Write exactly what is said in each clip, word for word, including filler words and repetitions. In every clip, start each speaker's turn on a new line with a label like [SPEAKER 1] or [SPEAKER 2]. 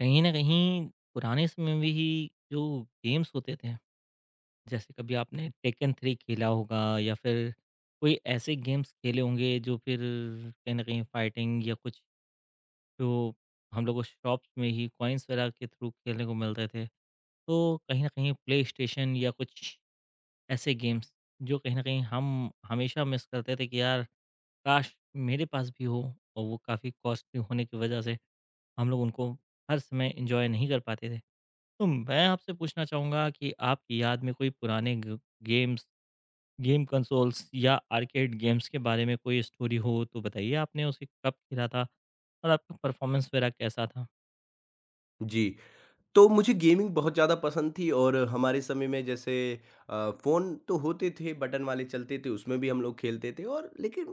[SPEAKER 1] कहीं न कहीं पुराने समय में ही जो गेम्स होते थे, जैसे कभी आपने टेकन थ्री खेला होगा या फिर कोई ऐसे गेम्स खेले होंगे जो फिर कहीं न कहीं फाइटिंग या कुछ जो हम लोग को शॉप्स में ही कॉइन्स वगैरह के थ्रू खेलने को मिलते थे। तो कहीं न कहीं प्लेस्टेशन या कुछ ऐसे गेम्स जो कहीं न कहीं हम हमेशा मिस करते थे कि यार काश! मेरे पास भी हो और वो काफ़ी कॉस्टली होने की वजह से हम लोग उनको हर समय एन्जॉय नहीं कर पाते थे। तो मैं आपसे पूछना चाहूँगा कि आपकी याद में कोई पुराने ग गेम्स, गेम कंसोल्स या आर्केड गेम्स के बारे में कोई स्टोरी हो तो बताइए आपने उसे कब खेला था? और आपका परफ़ॉर्मेंस वगैरह कैसा था?
[SPEAKER 2] जी, तो मुझे गेमिंग बहुत ज़्यादा पसंद थी और हमारे समय में जैसे अ, फ़ोन तो होते थे, बटन वाले चलते थे, उसमें भी हम लोग खेलते थे और लेकिन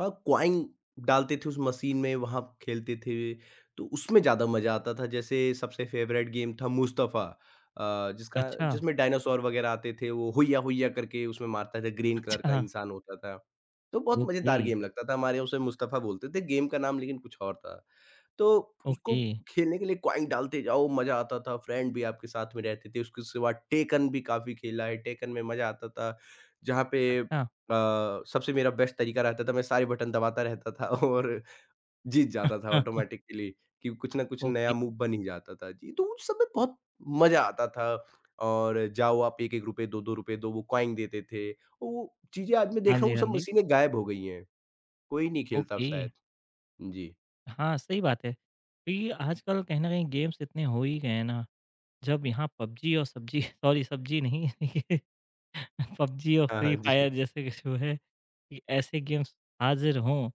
[SPEAKER 2] अ, कॉइन डालते थे उस मशीन में, वहाँ खेलते थे, तो उसमें ज़्यादा मज़ा आता था। जैसे सबसे फ़ेवरेट गेम था मुस्तफ़ा, अ, जिसका
[SPEAKER 1] अच्छा,
[SPEAKER 2] जिसमें डायनासोर वगैरह आते थे, वो हुइया हुइया करके उसमें मारता था, ग्रीन कलर का
[SPEAKER 1] अच्छा।
[SPEAKER 2] इंसान होता था। तो बहुत
[SPEAKER 1] ओके,
[SPEAKER 2] मज़ेदार गेम लगता था, हमारे उसे मुस्तफ़ा बोलते थे, गेम का नाम लेकिन कुछ और था। तो उसको
[SPEAKER 1] ओके।
[SPEAKER 2] खेलने के लिए कॉइन डालते जाओ, मज़ा आता था, फ्रेंड भी आपके साथ में रहते थे। उसके सिवा टेकन भी काफ़ी खेला है, टेकन में मज़ा आता था, जहाँ पे
[SPEAKER 1] अच्छा।
[SPEAKER 2] अ, सबसे मेरा बेस्ट तरीका रहता था, मैं सारे बटन दबाता रहता था और जीत जाता था ऑटोमैटिकली कि कुछ ना कुछ नया
[SPEAKER 1] ओके।
[SPEAKER 2] मूव बन ही जाता था। जी, तो उस समय बहुत मज़ा आता था और जाओ आप ₹एक एक रुपए, ₹दो दो रुपए दो, दो रुपए, दो वो कॉइन देते थे। और वो चीज़ें आज मैं देख
[SPEAKER 1] हाँ
[SPEAKER 2] रहा हूँ,
[SPEAKER 1] जी,
[SPEAKER 2] वो
[SPEAKER 1] हाँ
[SPEAKER 2] सब
[SPEAKER 1] जी।
[SPEAKER 2] मशीनें गायब हो गई हैं, कोई नहीं खेलता अब
[SPEAKER 1] ओके।
[SPEAKER 2] शायद। जी।
[SPEAKER 1] हाँ, सही बात है। क्योंकि आजकल कहीं न कहीं गेम्स इतने हो ही गए हैं ना, जब यहाँ पबजी और सब्जी सॉरी सब्जी नहीं पबजी और
[SPEAKER 2] हाँ, हाँ,
[SPEAKER 1] फ्री
[SPEAKER 2] जी,
[SPEAKER 1] फायर जैसे कि जो है कि ऐसे गेम्स हाज़िर हों,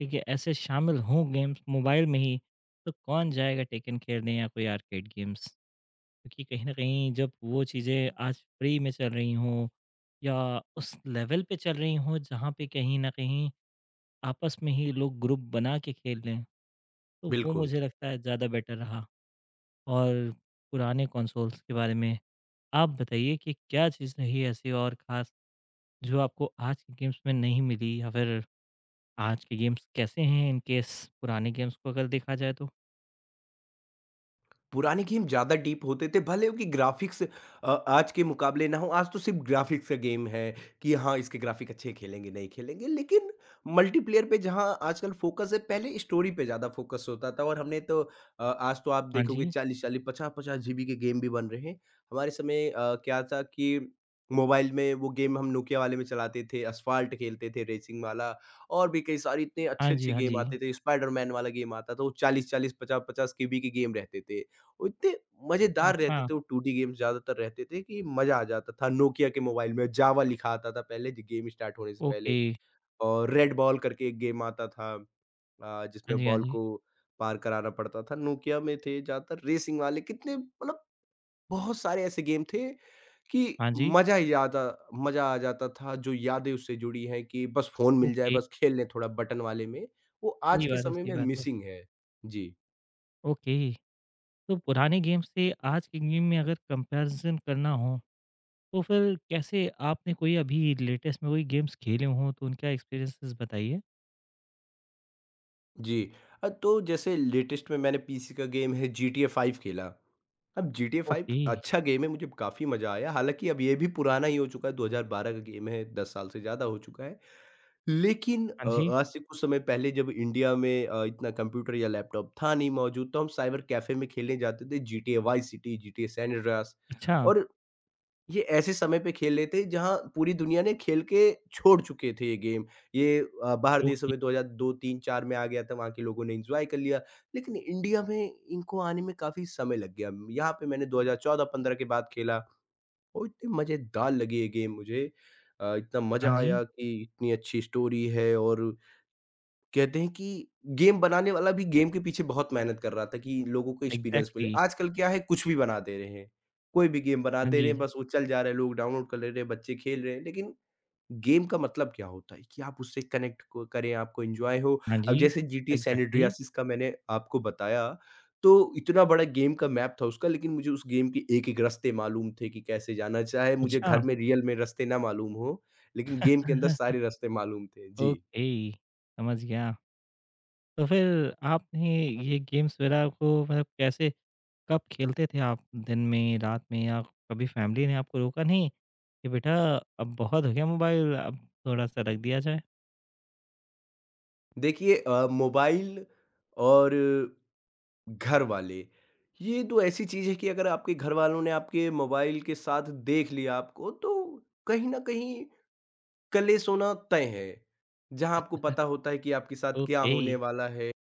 [SPEAKER 1] ठीक है, ऐसे शामिल हों गेम्स मोबाइल में ही, तो कौन जाएगा टेकन खेलने या कोई आर्केड गेम्स? क्योंकि कहीं न कहीं जब वो चीज़ें आज फ्री में चल रही हों या उस लेवल पे चल रही हों जहाँ पे कहीं न कहीं आपस में ही लोग ग्रुप बना के खेल लें, तो वो
[SPEAKER 2] बिल्कुल।
[SPEAKER 1] मुझे लगता है ज़्यादा बेटर रहा। और पुराने कंसोल्स के बारे में आप बताइए कि क्या चीज़ रही ऐसी और ख़ास? जो आपको आज के गेम्स में नहीं मिली या फिर आज के गेम्स कैसे हैं इन केस पुराने गेम्स को अगर देखा जाए तो?
[SPEAKER 2] पुराने गेम ज़्यादा डीप होते थे, भले उनकी ग्राफ़िक्स अ, आज के मुकाबले ना हो, आज तो सिर्फ़ ग्राफ़िक्स का गेम है कि हाँ, इसके ग्राफ़िक अच्छे खेलेंगे, नहीं खेलेंगे, लेकिन मल्टीप्लेयर पे जहाँ आजकल फ़ोकस है, पहले स्टोरी पे ज़्यादा फ़ोकस होता था और हमने तो अ, आज तो आप
[SPEAKER 1] हाँ
[SPEAKER 2] देखोगे
[SPEAKER 1] जी।
[SPEAKER 2] चालीस चालीस, पचास पचास जीबी के गेम भी बन रहे हैं। हमारे समय अ, क्या था कि मोबाइल में वो गेम हम नोकिया वाले में चलाते थे, असफ़ाल्ट खेलते थे रेसिंग वाला और भी कई सारे इतने
[SPEAKER 1] हाँ जी,
[SPEAKER 2] अच्छे-अच्छे
[SPEAKER 1] हाँ
[SPEAKER 2] गेम
[SPEAKER 1] जी।
[SPEAKER 2] आते थे, स्पाइडरमैन वाला गेम आता था, वो चालीस चालीस, पचास पचास केबी के बी के गेम रहते थे। वो इतने मज़ेदार रहते
[SPEAKER 1] अच्छा,
[SPEAKER 2] थे, वो टू डी गेम्स ज़्यादातर रहते थे कि मज़ा आ जाता था। नोकिया के मोबाइल में जावा लिखा आता था पहले ज गेम स्टार्ट होने से पहले।
[SPEAKER 1] ओके।
[SPEAKER 2] और रेड बॉल करके एक गेम आता था, अ,
[SPEAKER 1] हाँ
[SPEAKER 2] जिसमें
[SPEAKER 1] जी, हाँ
[SPEAKER 2] बॉल
[SPEAKER 1] जी।
[SPEAKER 2] को पार कराना पड़ता था। नोकिया में थे ज़्यादातर रेसिंग वाले, कितने मतलब बहुत सारे ऐसे गेम थे कि
[SPEAKER 1] हाँ जी।
[SPEAKER 2] मज़ा ही ज़्यादा मज़ा आ जाता था। जो यादें उससे जुड़ी हैं कि बस फ़ोन मिल जाए,
[SPEAKER 1] ओके।
[SPEAKER 2] बस खेल लें थोड़ा बटन वाले में, वो आज
[SPEAKER 1] सही
[SPEAKER 2] के
[SPEAKER 1] बात है,
[SPEAKER 2] समय
[SPEAKER 1] सही
[SPEAKER 2] में
[SPEAKER 1] बात है।
[SPEAKER 2] मिसिंग है। जी।
[SPEAKER 1] ओके, तो पुराने गेम से आज के गेम में अगर कंपैरिज़न करना हो, तो फिर कैसे आपने कोई अभी लेटेस्ट में कोई गेम्स खेले हों तो उनका एक्सपीरियंसेस बताइए?
[SPEAKER 2] जी, अ, तो जैसे लेटेस्ट में मैंने पी सी का गेम है जी टी ए फ़ाइव खेला। अब G T A five
[SPEAKER 1] okay.
[SPEAKER 2] अच्छा गेम है, मुझे काफ़ी मज़ा आया। हालाँकि अब ये भी पुराना ही हो चुका है, दो हज़ार बारह का गेम है, दस साल से ज़्यादा हो चुका है। लेकिन
[SPEAKER 1] हाँ
[SPEAKER 2] अ,
[SPEAKER 1] जी।
[SPEAKER 2] आज से कुछ समय पहले जब इंडिया में अ, इतना कंप्यूटर या लैपटॉप था नहीं मौजूद, तो हम साइबर कैफ़े में खेलने जाते थे G T A vice City, G T A San Andreas,
[SPEAKER 1] अच्छा,
[SPEAKER 2] और ये ऐसे समय पे खेल रहे थे जहाँ पूरी दुनिया ने खेल के छोड़ चुके थे ये गेम। ये अ, बाहर देशों
[SPEAKER 1] ओके।
[SPEAKER 2] में दो हज़ार दो, तीन, चार में आ गया था, वहाँ के लोगों ने एन्जॉय कर लिया। लेकिन इंडिया में इनको आने में काफ़ी समय लग गया। यहाँ पे मैंने दो हज़ार चौदह-पंद्रह के बाद खेला और इतनी मज़ेदार लगी ये गेम मुझे। अ, इतना
[SPEAKER 1] हाँ
[SPEAKER 2] मज़ा
[SPEAKER 1] जी,
[SPEAKER 2] आया कि इतनी अच्छी स्टोरी है। और कहते हैं कि गेम बनाने वाला भी गेम के पीछे बहुत मेहनत कर रहा था कि लोगों को एक्सपीरियंस मिले।
[SPEAKER 1] एग्ज़ैक्टली।
[SPEAKER 2] आजकल क्या है, कुछ भी बना दे रहे हैं। कोई भी गेम बना
[SPEAKER 1] हाँ
[SPEAKER 2] दे रहे हैं,
[SPEAKER 1] जी।
[SPEAKER 2] बस वो चल जा रहा है, लोग डाउनलोड कर ले रहे हैं, बच्चे खेल रहे हैं। लेकिन गेम का मतलब क्या होता है कि आप उससे कनेक्ट को करें, आपको एन्जॉय हो।
[SPEAKER 1] हाँ जी,
[SPEAKER 2] अब जैसे G T A San
[SPEAKER 1] exactly.
[SPEAKER 2] Andreas का मैंने आपको बताया, तो इतना बड़ा गेम का मैप था उसका, लेकिन मुझे उस गेम के एक-एक रास्ते मालूम थे कि कैसे जाना। चाहे मुझे
[SPEAKER 1] अच्छा।
[SPEAKER 2] घर में रियल में रास्ते ना मालूम हो, लेकिन गेम के अंदर सारे रास्ते मालूम थे। जी।
[SPEAKER 1] ओके, समझ गया। तो फिर आपने ये गेम्स वग़ैरह को मतलब कैसे कब खेलते थे आप? दिन में, रात में या कभी फैमिली ने आपको रोका नहीं कि बेटा अब बहुत हो गया मोबाइल, अब थोड़ा-सा रख दिया जाए?
[SPEAKER 2] देखिए, अ, मोबाइल और घर वाले, ये तो ऐसी चीज़ है कि अगर आपके घर वालों ने आपके मोबाइल के साथ देख लिया आपको तो कहीं ना कहीं कलेश होना तय है, जहां आपको पता होता है कि आपके साथ क्या
[SPEAKER 1] ओके,
[SPEAKER 2] होने वाला है।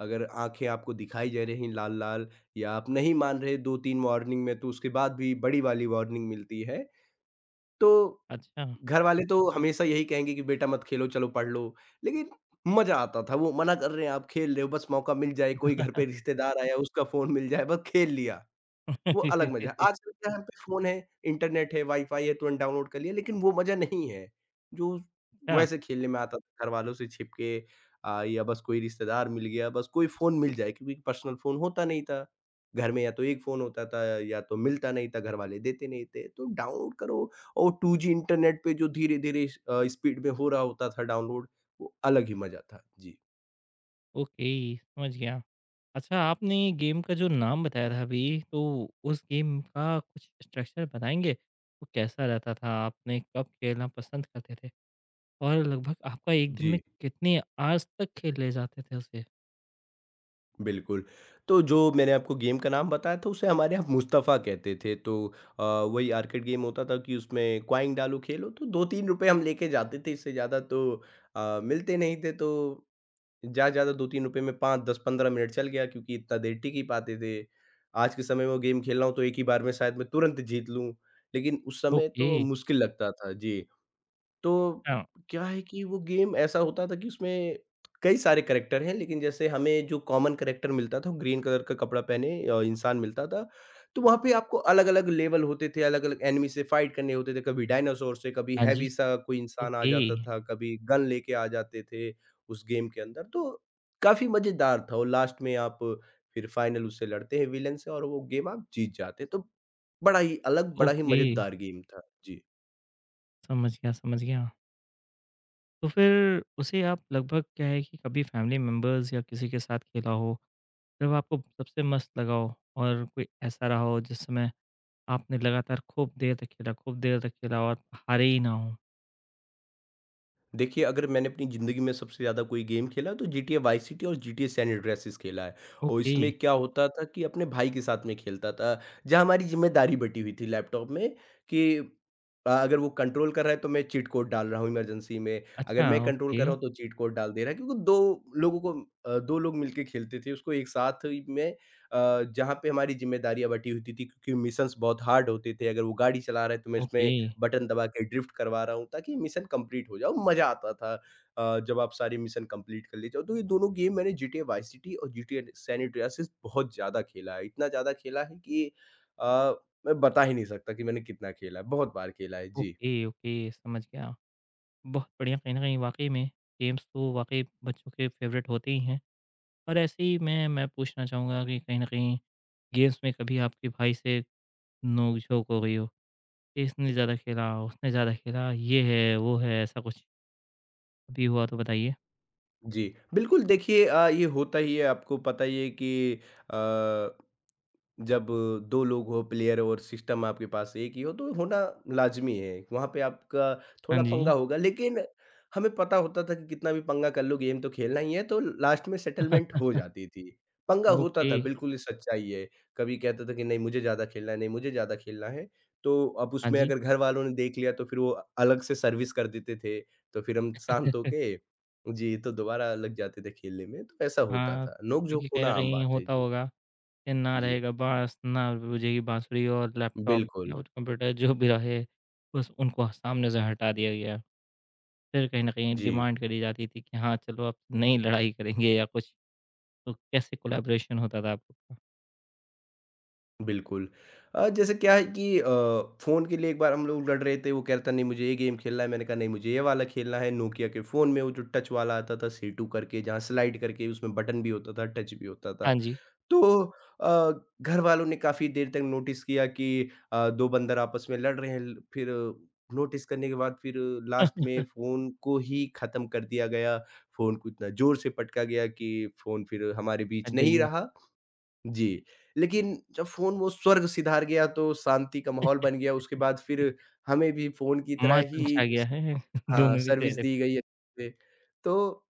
[SPEAKER 2] अगर आंखें आपको दिखाई जा रही लाल लाल, या आप नहीं मान रहे दो तीन वार्निंग में, तो उसके बाद भी बड़ी वाली वार्निंग मिलती है। तो
[SPEAKER 1] अच्छा।
[SPEAKER 2] घर वाले तो हमेशा यही कहेंगे कि बेटा मत खेलो, चलो पढ़ लो, लेकिन मज़ा आता था, वो मना कर रहे हैं, आप खेल रहे हो, बस मौका मिल जाए, कोई घर पे रिश्तेदार आया, उसका फ़ोन मिल जाए, बस खेल लिया। वो अलग मज़ा है। आजकल क्या है, हम पे फ़ोन है, इंटरनेट है, वाई-फाई है, तुरंत डाउनलोड कर लिया, लेकिन वो मज़ा नहीं है, जो
[SPEAKER 1] अच्छा,
[SPEAKER 2] वैसे खेलने में आता था घरवालों से छिप के, अ, या बस कोई रिश्तेदार मिल गया, बस कोई फ़ोन मिल जाए क्योंकि पर्सनल फ़ोन होता नहीं था। घर में या तो एक फ़ोन होता था या तो मिलता नहीं था, घरवाले देते नहीं थे, तो डाउनलोड करो और टू जी इंटरनेट पे जो धीरे-धीरे स अ, स्पीड में हो रहा होता था डाउनलोड, वो अलग ही मज़ा था। जी।
[SPEAKER 1] ओके, समझ गया। अच्छा, आपने गेम का जो नाम बताया था अभी, तो उस गेम का कुछ स्ट्रक्चर बताएँगे? वो कैसा रहता था? आपने कब खेलना पसंद करते थे? और लगभग आपका एक दिन में
[SPEAKER 2] जी।
[SPEAKER 1] कितने आवर्स तक खेले जाते थे उसे?
[SPEAKER 2] बिल्कुल, तो जो मैंने आपको गेम का नाम बताया था उसे हमारे यहाँ मुस्तफ़ा कहते थे। तो अ, वही आर्केड गेम होता था कि उसमें कॉइन डालो खेलो, तो दो तीन रुपए हम लेके जाते थे, इससे ज़्यादा तो अ, मिलते नहीं थे। तो ज़्यादा से ज़्यादा दो तीन रुपए में पाँच, दस, पंद्रह मिनट चल गया क्योंकि इतना देर टिक ही पाते थे। आज के समय में वो गेम खेल रहा हूँ तो एक ही बार में शायद मैं तुरंत जीत लूँ, लेकिन उस समय
[SPEAKER 1] ओके,
[SPEAKER 2] तो मुश्किल लगता था। जी। तो
[SPEAKER 1] हाँ,
[SPEAKER 2] क्या है कि वो गेम ऐसा होता था कि उसमें कई सारे करैक्टर हैं, लेकिन जैसे हमें जो कॉमन करैक्टर मिलता था, वो ग्रीन कलर का कपड़ा पहने अ, इंसान मिलता था। तो वहाँ पे आपको अलग-अलग लेवल होते थे, अलग-अलग एनिमी से फाइट करने होते थे। कभी डायनासोर से, कभी
[SPEAKER 1] हाँ जी।
[SPEAKER 2] हैवी सा कोई इंसान आ
[SPEAKER 1] ओके,
[SPEAKER 2] जाता था, कभी गन लेके आ जाते थे उस गेम के अंदर। तो काफ़ी मज़ेदार था और लास्ट में आप फिर फाइनल उससे लड़ते हैं विलेन से और वो गेम आप जीत जाते हैं। तो बड़ा ही अलग, बड़ा ही
[SPEAKER 1] ओके,
[SPEAKER 2] मज़ेदार गेम था। जी।
[SPEAKER 1] समझ गया, समझ गया। तो फिर उसे आप लगभग क्या है कि कभी फैमिली मेंबर्स या किसी के साथ खेला हो, जब आपको सबसे मस्त लगा हो और कोई ऐसा रहा हो जिस समय आपने लगातार खूब देर तक खेला, खूब देर तक खेला और हारे ही ना हो?
[SPEAKER 2] देखिए, अगर मैंने अपनी ज़िंदगी में सबसे ज़्यादा कोई गेम खेला तो G T A vice city और जी टी ए सैन एंड्रेआस खेला है। और
[SPEAKER 1] ओके,
[SPEAKER 2] इसमें क्या होता था कि अपने भाई के साथ में खेलता था, जहाँ हमारी ज़िम्मेदारी बटी हुई थी लैपटॉप में कि अ, अगर वो कंट्रोल कर रहा है तो मैं चीट कोड डाल रहा हूँ इमरजेंसी में, अगर
[SPEAKER 1] अच्छा।
[SPEAKER 2] मैं कंट्रोल
[SPEAKER 1] ओके,
[SPEAKER 2] कर रहा हूँ तो चीट कोड डाल दे रहा है, क्योंकि दो लोगों को अ, दो लोग मिलके खेलते थे उसको एक साथ ही में, अ, जहाँ पे हमारी ज़िम्मेदारियाँ बटी होती थी क्योंकि मिशंस बहुत हार्ड होते थे। अगर वो गाड़ी चला रहा है तो मैं इसमें
[SPEAKER 1] ओके,
[SPEAKER 2] बटन दबा के ड्रिफ्ट करवा रहा हूँ ताकि मिशन कंप्लीट हो जाओ, मज़ा आता था। अ, जब आप सारी मिशन कंप्लीट कर लेते हो, तो ये दोनों गेम मैंने G T A vice city और G T A San Andreas बहुत ज़्यादा खेला है। इतना ज़्यादा खेला है कि अ, मैं बता ही नहीं सकता कि मैंने कितना खेला है, बहुत बार खेला है। जी,
[SPEAKER 1] ओके, ओके, समझ गया। बहुत बढ़िया कहीं न कहीं वाक़ई में गेम्स तो वाक़ई बच्चों के फ़ेवरेट होते ही हैं। और ऐसे ही मैं मैं पूछना चाहूँगा कि कहीं न कहीं गेम्स में कभी आपके भाई से नोक-झोक हो गई हो, कि इसने ज़्यादा खेला, उसने ज़्यादा खेला, ये है, वो है, ऐसा कुछ कभी हुआ तो बताइए?
[SPEAKER 2] जी। बिल्कुल, देखिए, अ, ये होता ही है, आपको पता ही है कि अ जब दो लोग हो प्लेयर और सिस्टम आपके पास एक ही हो तो होना लाज़मी है। वहाँ पे आपका
[SPEAKER 1] हाँ
[SPEAKER 2] थोड़ा
[SPEAKER 1] जी,
[SPEAKER 2] पंगा होगा, लेकिन हमें पता होता था कि कितना भी पंगा कर लो, गेम तो खेलना ही है, तो लास्ट में सेटलमेंट हो जाती थी। पंगा होता
[SPEAKER 1] ओके,
[SPEAKER 2] था, बिल्कुल, ये सच्चाई है। कभी कहता था कि नहीं मुझे ज़्यादा खेलना है, नहीं मुझे ज़्यादा खेलना है। तो अब
[SPEAKER 1] हाँ
[SPEAKER 2] उसमें
[SPEAKER 1] जी।
[SPEAKER 2] अगर घर वालों ने देख लिया तो फिर वो अलग से सर्विस कर देते थे। तो फिर हम शांत होके, जी, तो दोबारा लग जाते थे खेलने में, तो ऐसा होता
[SPEAKER 1] हाँ,
[SPEAKER 2] था। नोक-झोंक
[SPEAKER 1] क्योंकि कहीं
[SPEAKER 2] होना
[SPEAKER 1] न
[SPEAKER 2] आम
[SPEAKER 1] कहीं
[SPEAKER 2] बात है।
[SPEAKER 1] होता
[SPEAKER 2] जी,
[SPEAKER 1] होगा कि ना
[SPEAKER 2] जी।
[SPEAKER 1] रहेगा बाँस, ना बजेगी बाँसुरी और लैपटॉप
[SPEAKER 2] बिल्कुल।
[SPEAKER 1] या कंप्यूटर जो भी रहे, बस उनको सामने से हटा दिया गया। फिर कहीं न कहीं
[SPEAKER 2] जी,
[SPEAKER 1] डिमांड करी जाती थी कि हाँ, चलो अब नहीं लड़ाई करेंगे या कुछ, तो कैसे कोलैबोरेशन होता था आप लोग का?
[SPEAKER 2] बिल्कुल। अ, जैसे क्या है कि अ, फ़ोन के लिए एक बार हम लोग लड़ रहे थे, वो कह रहा था नहीं मुझे ये गेम खेलना है, मैंने कहा नहीं मुझे ये वाला खेलना है। नोकिया के फ़ोन में वो जो टच वाला आता था सीटू करके, जहाँ स्लाइड करके उसमें बटन भी होता था, टच भी होता
[SPEAKER 1] हाँ
[SPEAKER 2] था।
[SPEAKER 1] जी,
[SPEAKER 2] तो अ, घर वालों ने काफ़ी देर तक नोटिस किया कि अ, दो बंदर आपस में लड़ रहे हैं, ल फिर नोटिस करने के बाद फिर लास्ट में फ़ोन को ही ख़त्म कर दिया गया। फ़ोन को इतना ज़ोर से पटका गया कि फ़ोन फिर हमारे
[SPEAKER 1] अ,
[SPEAKER 2] बीच नहीं
[SPEAKER 1] दइया
[SPEAKER 2] रहा। जी, लेकिन जब फ़ोन वो स्वर्ग सिधार गया तो शांति का माहौल बन गया, उसके बाद फिर हमें भी फ़ोन की तरह ही
[SPEAKER 1] मातम छा गया
[SPEAKER 2] स
[SPEAKER 1] है
[SPEAKER 2] हाँ,
[SPEAKER 1] दोनों के
[SPEAKER 2] सर्विस
[SPEAKER 1] चेहरे
[SPEAKER 2] दी
[SPEAKER 1] पे।
[SPEAKER 2] गई है अच्छे से। तो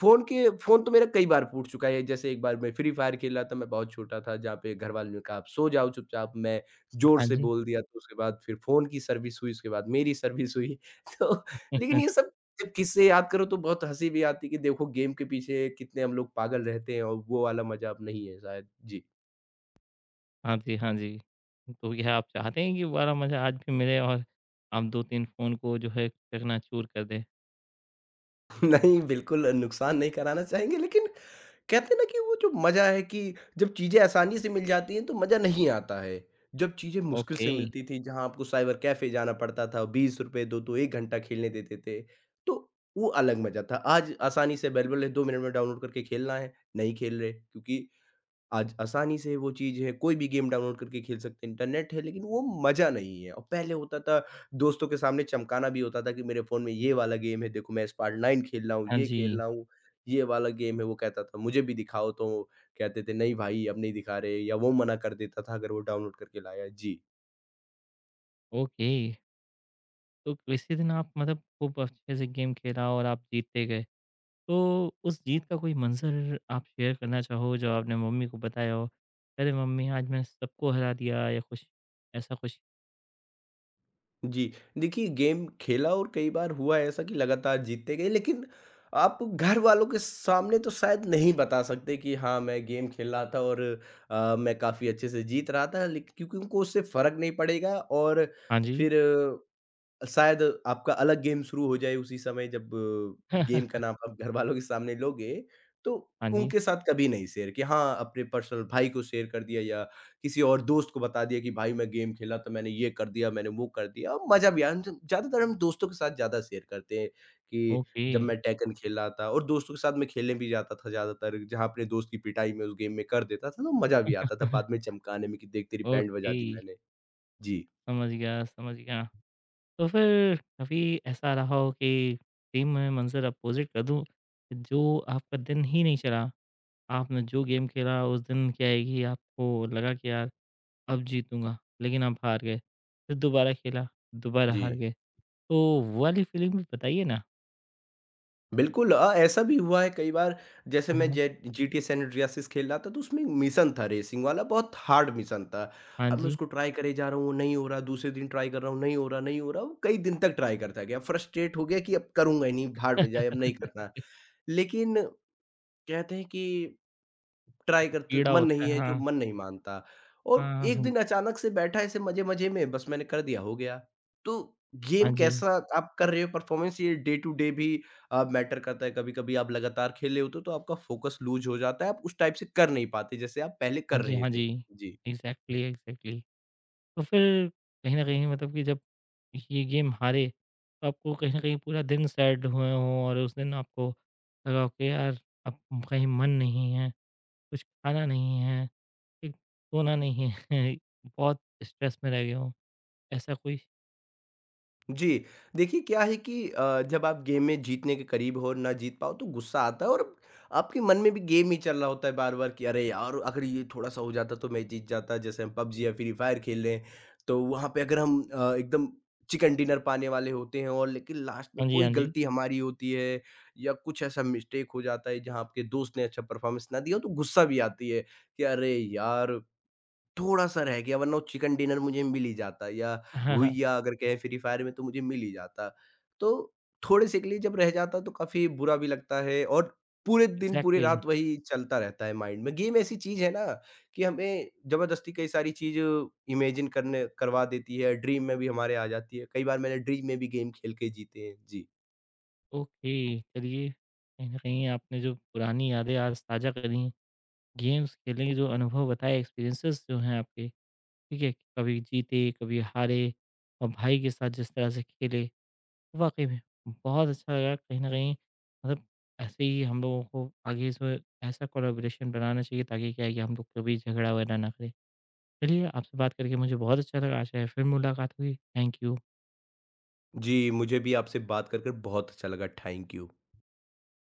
[SPEAKER 2] फ़ोन के फ़ोन तो मेरा कई बार फूट चुका है। जैसे एक बार मैं फ्री फायर खेल रहा था, मैं बहुत छोटा था, जहाँ पे घरवालों ने कहा, "आप सो जाओ चुपचाप।" मैं ज़ोर
[SPEAKER 1] हाँ
[SPEAKER 2] से
[SPEAKER 1] जी।
[SPEAKER 2] बोल दिया, तो उसके बाद फिर फ़ोन की सर्विस हुई, उसके बाद मेरी सर्विस हुई। तो लेकिन ये सब जब किस्से याद करो तो बहुत हँसी भी आती है कि देखो गेम के पीछे कितने हम लोग पागल रहते हैं, और वो वाला मज़ा अब नहीं है शायद। जी।
[SPEAKER 1] हाँ जी, हाँ जी। तो यह आप चाहते हैं कि वो वाला मज़ा आज भी मिले और आप दो-तीन फ़ोन को जो है चकनाचूर कर दें?
[SPEAKER 2] नहीं, बिल्कुल नुकसान नहीं कराना चाहेंगे, लेकिन कहते हैं ना कि वो जो मज़ा है कि जब चीज़ें आसानी से मिल जाती हैं तो मज़ा नहीं आता है। जब चीज़ें मुश्किल
[SPEAKER 1] ओके।
[SPEAKER 2] से मिलती थी, जहाँ आपको साइबर कैफ़े जाना पड़ता था, ₹बीस रुपए दो तो 1 घंटा खेलने देते थे, तो वो अलग मज़ा था। आज आसानी से अवेलेबल है, 2 मिनट में डाउनलोड करके खेलना है, नहीं खेल रहे, क्योंकि आज आसानी से वो चीज़ है, कोई भी गेम डाउनलोड करके खेल सकते हैं, इंटरनेट है, लेकिन वो मज़ा नहीं है। और पहले होता था दोस्तों के सामने चमकाना भी होता था कि मेरे फ़ोन में ये वाला गेम है, देखो मैं स्पायर नाइन खेल रहा हूँ,
[SPEAKER 1] हाँ
[SPEAKER 2] ये खेल
[SPEAKER 1] जी,
[SPEAKER 2] रहा हूँ, ये वाला गेम है। वो कहता था मुझे भी दिखाओ, तो कहते थे नहीं भाई अब नहीं दिखा रहे, या वो मना कर देता था अगर वो डाउनलोड करके लाया। जी।
[SPEAKER 1] ओके। तो किसी दिन आप मतलब खूब अच्छे से गेम खेला और आप जीतते गए। तो उस जीत का कोई मंज़र आप शेयर करना चाहो जो आपने मम्मी को बताया हो? अरे मम्मी आज मैंने सबको हरा दिया या कुछ ऐसा कुछ?
[SPEAKER 2] जी, देखिए गेम खेला और कई बार हुआ है ऐसा कि लगातार जीतते गए, लेकिन आप घरवालों के सामने तो शायद नहीं बता सकते कि हाँ, मैं गेम खेल रहा था और अ, मैं काफ़ी अच्छे से जीत रहा था, लेक क्योंकि उनको उससे फ़र्क नहीं पड़ेगा। और
[SPEAKER 1] हाँ जी।
[SPEAKER 2] फिर शायद आपका अलग गेम शुरू हो जाए उसी समय जब अ, गेम का नाम आप घरवालों के सामने लोगे, तो
[SPEAKER 1] हाँ जी।
[SPEAKER 2] उनके साथ कभी नहीं शेयर किया। हाँ, अपने पर्सनल भाई को शेयर कर दिया या किसी और दोस्त को बता दिया कि भाई मैं गेम खेला तो मैंने ये कर दिया, मैंने वो कर दिया। मज़ा भी आया, हम जब ज़्यादातर हम दोस्तों के साथ ज़्यादा शेयर करते हैं कि
[SPEAKER 1] ओके।
[SPEAKER 2] जब मैं टेकन खेल रहा था और दोस्तों के साथ मैं खेलने भी जाता था ज़्यादातर, जहाँ अपने दोस्त की पिटाई मैं उस गेम में कर देता था, तो मज़ा भी आता था बाद में चमकाने में कि देख तेरी बैंड बजा
[SPEAKER 1] ओके,
[SPEAKER 2] दी मैंने। जी,
[SPEAKER 1] समझ गया, समझ गया। तो फिर कभी ऐसा रहा हो कि टीम में मंज़र अपोज़िट कर दूँ, जो आपका दिन ही नहीं चला, आपने जो गेम खेला उस दिन क्या है कि आपको लगा कि यार अब जीतूँगा, लेकिन आप हार गए। फिर दोबारा खेला, दोबारा
[SPEAKER 2] जी।
[SPEAKER 1] हार गए। तो वो वाली फ़िल्म भी बताइए ना?
[SPEAKER 2] बिल्कुल अ, ऐसा भी हुआ है कई बार। जैसे
[SPEAKER 1] हाँ,
[SPEAKER 2] मैं
[SPEAKER 1] हाँ।
[SPEAKER 2] जे जीटीए सैन एंड्रियासिस खेल रहा था, तो उसमें मिशन था रेसिंग वाला, बहुत हार्ड मिशन था।
[SPEAKER 1] हाँ
[SPEAKER 2] अब मैं
[SPEAKER 1] जी,
[SPEAKER 2] उसको ट्राई करे जा रहा हूँ, वो नहीं हो रहा, दूसरे दिन ट्राई कर रहा हूँ, नहीं हो रहा, नहीं हो रहा। वो कई दिन तक ट्राई करता गया, फ्रस्ट्रेट हो गया कि अब करूंगा ही नहीं, भाड़ में जाए, अब नहीं करना। लेकिन कहते हैं कि ट्राई करते
[SPEAKER 1] कीड़ा
[SPEAKER 2] मन
[SPEAKER 1] होता
[SPEAKER 2] नहीं
[SPEAKER 1] है।
[SPEAKER 2] है जो
[SPEAKER 1] हाँ।
[SPEAKER 2] मन नहीं मानता। और
[SPEAKER 1] हाँ,
[SPEAKER 2] एक
[SPEAKER 1] हाँ।
[SPEAKER 2] दिन अचानक से बैठा ऐसे मजे-मजे में, बस मैंने कर दिया, हो गया। तो गेम
[SPEAKER 1] हाँ जी।
[SPEAKER 2] कैसा आप कर रहे हो परफॉर्मेंस, ये डे टू डे भी अ, मैटर करता है। कभी-कभी आप लगातार खेल रहे होते हो तो आपका फोकस लूज़ हो जाता है, आप उस टाइप से कर नहीं पाते जैसे आप पहले
[SPEAKER 1] हाँ
[SPEAKER 2] कर
[SPEAKER 1] जी,
[SPEAKER 2] रहे
[SPEAKER 1] हाँ जी।
[SPEAKER 2] थे। जी।
[SPEAKER 1] Exactly, exactly. तो फिर कहीं न कहीं मतलब कि जब ये गेम हारे, तो आपको कहीं न कहीं पूरा दिन सैड हुए हों और उस दिन आपको लगा हो कि यार अब कहीं मन नहीं है, कुछ खाना नहीं है, ठीक, सोना नहीं है, बहुत स्ट्रेस में रह गए हों। ऐसा कोई
[SPEAKER 2] जी, देखिए क्या है कि अ, जब आप गेम में जीतने के करीब हो और ना जीत पाओ तो गुस्सा आता है। और आपके मन में भी गेम ही चल रहा होता है बार-बार कि अरे यार! अगर ये थोड़ा-सा हो जाता तो मैं जीत जाता। जैसे हम पबजी या फ्री फायर खेल रहे हैं, तो वहाँ पे अगर हम अ, एकदम चिकन डिनर पाने वाले होते हैं और लेकिन लास्ट में
[SPEAKER 1] हाँ जी,
[SPEAKER 2] कोई
[SPEAKER 1] हाँ जी।
[SPEAKER 2] गलती हमारी होती है या कुछ ऐसा मिस्टेक हो जाता है जहाँ आपके दोस्त ने अच्छा परफॉर्मेंस ना दिया हो, तो गुस्सा भी आती है कि अरे यार! थोड़ा-सा रह गया वरना वो चिकन डिनर मुझे मिल ही जाता, या
[SPEAKER 1] हाँ, हाँ।
[SPEAKER 2] भुजिया अगर कहें फ्री फायर में तो मुझे मिल ही जाता। तो थोड़े-से के लिए जब रह जाता तो काफ़ी बुरा भी लगता है। और पूरे दिन, पूरी
[SPEAKER 1] एग्ज़ैक्टली।
[SPEAKER 2] रात वही चलता रहता है माइंड में। गेम ऐसी चीज़ है ना कि हमें ज़बरदस्ती कई सारी चीज़ इमेजिन करने करवा देती है, ड्रीम में भी हमारे आ जाती है। कई बार मैंने ड्रीम में भी गेम खेल के जीते हैं। जी।
[SPEAKER 1] ओके, चलिए कहीं न कहीं आपने जो पुरानी यादें आज साझा करी, हैं, गेम्स खेलने के जो अनुभव बताए, एक्सपीरियंसेस जो हैं आपके, ठीक है? कभी जीते, कभी हारे और भाई के साथ जिस तरह से खेले, वाक़ई में बहुत अच्छा लगा कहीं न कहीं मतलब ऐसे ही हम लोगों को आगे जो है ऐसा कोलैबोरेशन बनाना चाहिए ताकि क्या है कि हम लोग कभी झगड़ा-वगैरह ना करें। चलिए आपसे बात करके मुझे बहुत अच्छा लगा, आशा है फिर मुलाकात होगी। Thank you.
[SPEAKER 2] जी, मुझे भी आपसे बात कर, कर बहुत अच्छा लगा। Thank you.